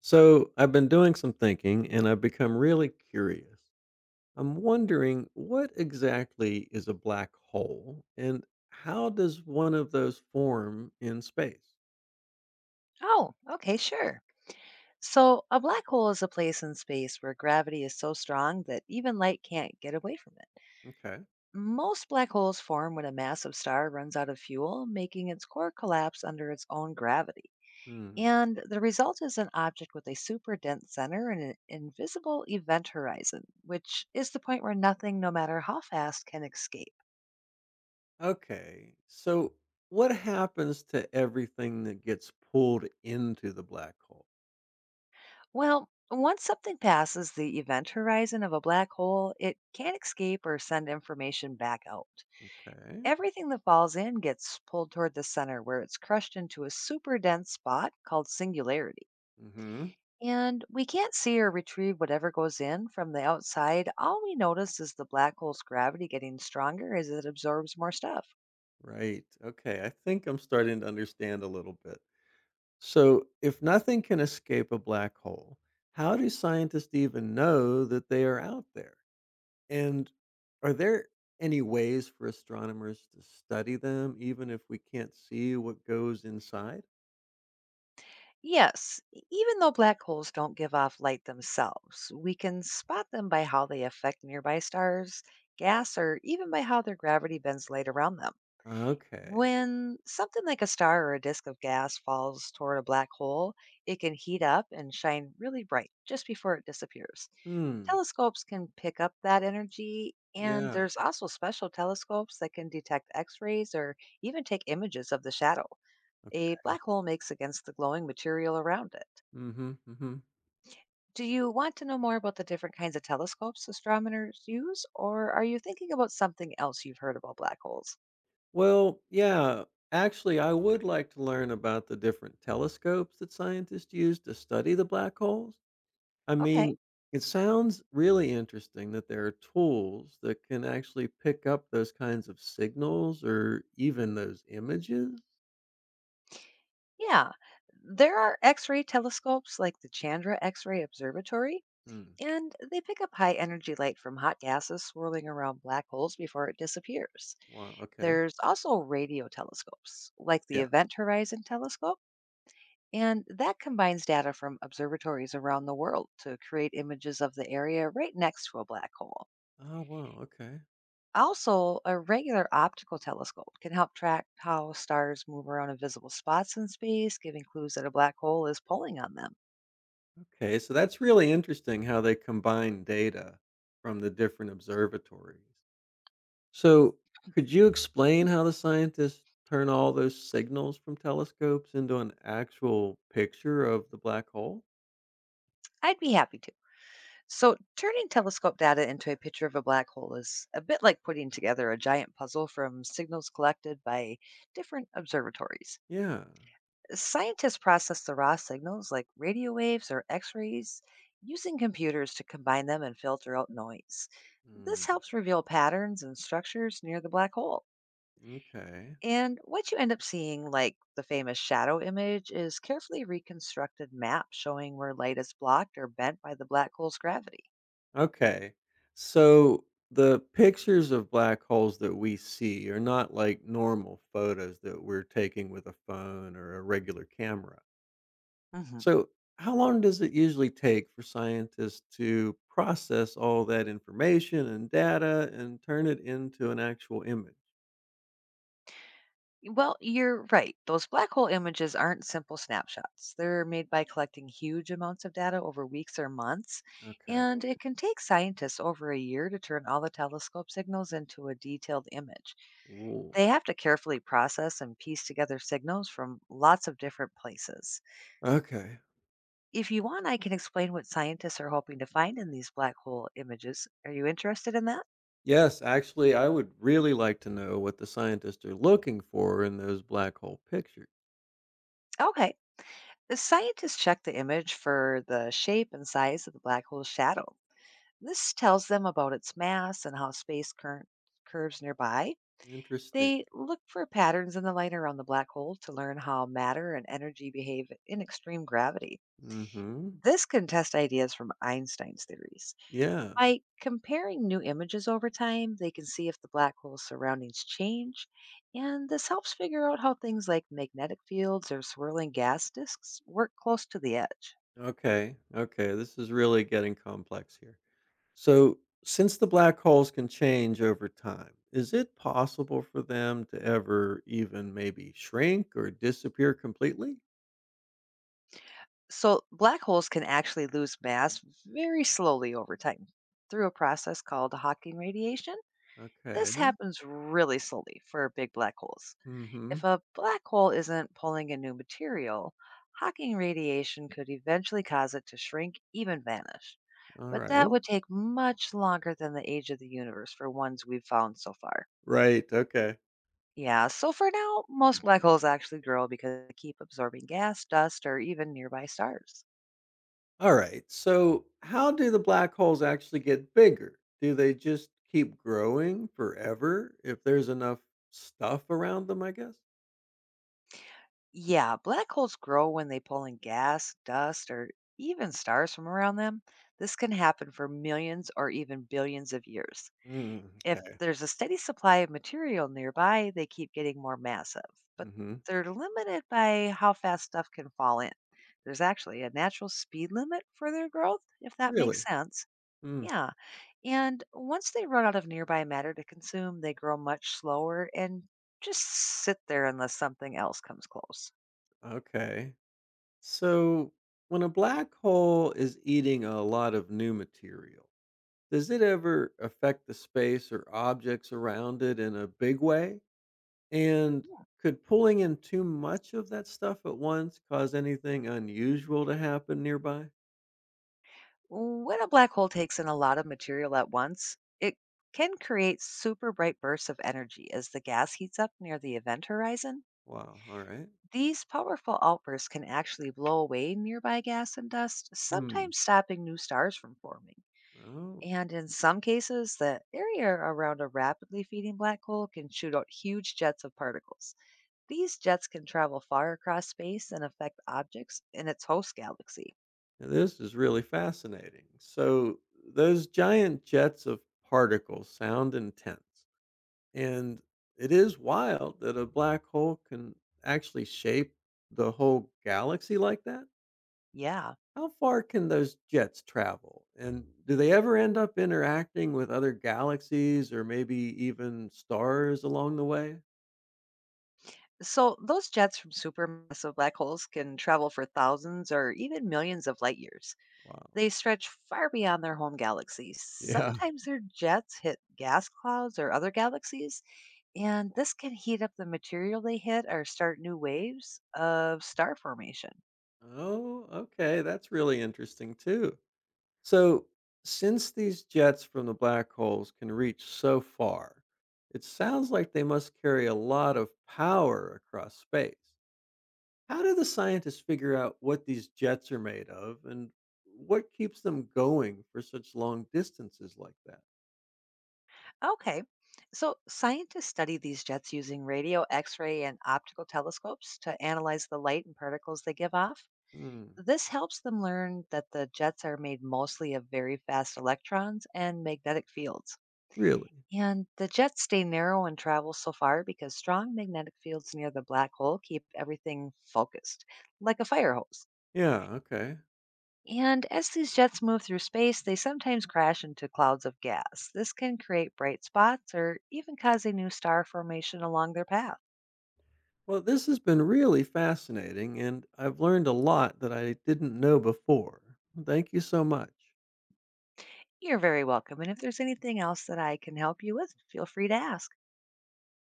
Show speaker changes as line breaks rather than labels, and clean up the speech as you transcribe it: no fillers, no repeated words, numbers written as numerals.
So, I've been doing some thinking and I've become really curious. I'm wondering what exactly is a black hole and how does one of those form in space?
Oh, okay, sure. So, a black hole is a place in space where gravity is so strong that even light can't get away from it.
Okay.
Most black holes form when a massive star runs out of fuel, making its core collapse under its own gravity.
Hmm.
And the result is an object with a super dense center and an invisible event horizon, which is the point where nothing, no matter how fast, can escape.
Okay. So, what happens to everything that gets pulled into the black hole?
Well, once something passes the event horizon of a black hole, it can't escape or send information back out.
Okay.
Everything that falls in gets pulled toward the center, where it's crushed into a super dense spot called singularity.
Mhm.
And we can't see or retrieve whatever goes in from the outside. All we notice is the black hole's gravity getting stronger as it absorbs more stuff.
Right. Okay. I think I'm starting to understand a little bit. So, if nothing can escape a black hole, how do scientists even know that they are out there? And are there any ways for astronomers to study them, even if we can't see what goes inside?
Yes, even though black holes don't give off light themselves, we can spot them by how they affect nearby stars, gas, or even by how their gravity bends light around them.
Okay.
When something like a star or a disk of gas falls toward a black hole, it can heat up and shine really bright just before it disappears.
Hmm.
Telescopes can pick up that energy, and
Yeah.
there's also special telescopes that can detect X rays or even take images of the shadow a
Okay.
black hole makes against the glowing material around it.
Mm-hmm, mm-hmm.
Do you want to know more about the different kinds of telescopes astronomers use, or are you thinking about something else you've heard about black holes?
Well, yeah. Actually, I would like to learn about the different telescopes that scientists use to study the black holes. I
Okay.
mean, it sounds really interesting that there are tools that can actually pick up those kinds of signals or even those images.
Yeah, there are X ray telescopes like the Chandra X ray Observatory,
Hmm.
and they pick up high energy light from hot gases swirling around black holes before it disappears.
Wow. Okay.
There's also radio telescopes like the
Yeah.
Event Horizon Telescope, and that combines data from observatories around the world to create images of the area right next to a black hole.
Oh, wow. Okay.
Also, a regular optical telescope can help track how stars move around invisible spots in space, giving clues that a black hole is pulling on them.
Okay. So that's really interesting how they combine data from the different observatories. So, could you explain how the scientists turn all those signals from telescopes into an actual picture of the black hole?
I'd be happy to. So, turning telescope data into a picture of a black hole is a bit like putting together a giant puzzle from signals collected by different observatories.
Yeah.
Scientists process the raw signals like radio waves or x rays using computers to combine them and filter out noise.
Hmm.
This helps reveal patterns and structures near the black hole.
Okay.
And what you end up seeing, like the famous shadow image, is carefully reconstructed map showing where light is blocked or bent by the black hole's gravity.
Okay. So the pictures of black holes that we see are not like normal photos that we're taking with a phone or a regular camera.
Mhm.
So, how long does it usually take for scientists to process all that information and data and turn it into an actual image?
Well, you're right. Those black hole images aren't simple snapshots. They're made by collecting huge amounts of data over weeks or months,
Okay.
and it can take scientists over a year to turn all the telescope signals into a detailed image.
Ooh.
They have to carefully process and piece together signals from lots of different places.
Okay.
If you want, I can explain what scientists are hoping to find in these black hole images. Are you interested in that?
Yes, actually, I would really like to know what the scientists are looking for in those black hole pictures.
Okay. The scientists check the image for the shape and size of the black hole's shadow. This tells them about its mass and how space current curves nearby.
Interesting.
They look for patterns in the light around the black hole to learn how matter and energy behave in extreme gravity.
Hmm.
This can test ideas from Einstein's theories.
Yeah.
By comparing new images over time, they can see if the black hole's surroundings change, and this helps figure out how things like magnetic fields or swirling gas disks work close to the edge.
Okay, okay, this is really getting complex here. So, since the black holes can change over time, is it possible for them to ever even maybe shrink or disappear completely?
So black holes can actually lose mass very slowly over time through a process called Hawking radiation. This
Okay.
happens really slowly for big black holes.
Mhm.
If a black hole isn't pulling in new material, Hawking radiation could eventually cause it to shrink, even vanish.
All
But that
right.
would take much longer than the age of the universe for ones we've found so far.
Right, okay.
Yeah, so for now, most black holes actually grow because they keep absorbing gas, dust, or even nearby stars.
All right. So, how do the black holes actually get bigger? Do they just keep growing forever if there's enough stuff around them, I guess?
Yeah, black holes grow when they pull in gas, dust, or even stars from around them. This can happen for millions or even billions of years.
Mm,
If
okay.
there's a steady supply of material nearby, they keep getting more massive, but
Mhm.
they're limited by how fast stuff can fall in. There's actually a natural speed limit for their growth, if that makes
Really?
sense.
Mm,
Yeah, and once they run out of nearby matter to consume, they grow much slower and just sit there unless something else comes close.
okay. So, when a black hole is eating a lot of new material, does it ever affect the space or objects around it in a big way? And could pulling in too much of that stuff at once cause anything unusual to happen nearby?
When a black hole takes in a lot of material at once, it can create super bright bursts of energy as the gas heats up near the event horizon.
Wow, all right.
These powerful outbursts can actually blow away nearby gas and dust,
Hmm.
sometimes stopping new stars from forming.
Oh,
And in some cases, the area around a rapidly feeding black hole can shoot out huge jets of particles. These jets can travel far across space and affect objects in its host galaxy.
now this is really fascinating. So, those giant jets of particles sound intense. And it is wild that a black hole can actually shape the whole galaxy like that.
Yeah.
How far can those jets travel? And do they ever end up interacting with other galaxies or maybe even stars along the way?
So, those jets from supermassive black holes can travel for thousands or even millions of light years.
Wow.
They stretch far beyond their home galaxies.
Yeah.
Sometimes their jets hit gas clouds or other galaxies, and this can heat up the material they hit or start new waves of star formation.
Oh, okay. That's really interesting too. So, since these jets from the black holes can reach so far, it sounds like they must carry a lot of power across space. How do the scientists figure out what these jets are made of and what keeps them going for such long distances like that?
Okay, so scientists study these jets using radio, X ray, and optical telescopes to analyze the light and particles they give off.
Hmm,
This helps them learn that the jets are made mostly of very fast electrons and magnetic fields.
really?
And the jets stay narrow and travel so far because strong magnetic fields near the black hole keep everything focused, like a fire hose.
Yeah, okay.
And as these jets move through space, they sometimes crash into clouds of gas. This can create bright spots or even cause a new star formation along their path.
Well, this has been really fascinating, and I've learned a lot that I didn't know before. Thank you so much.
You're very welcome. And if there's anything else that I can help you with, feel free to ask.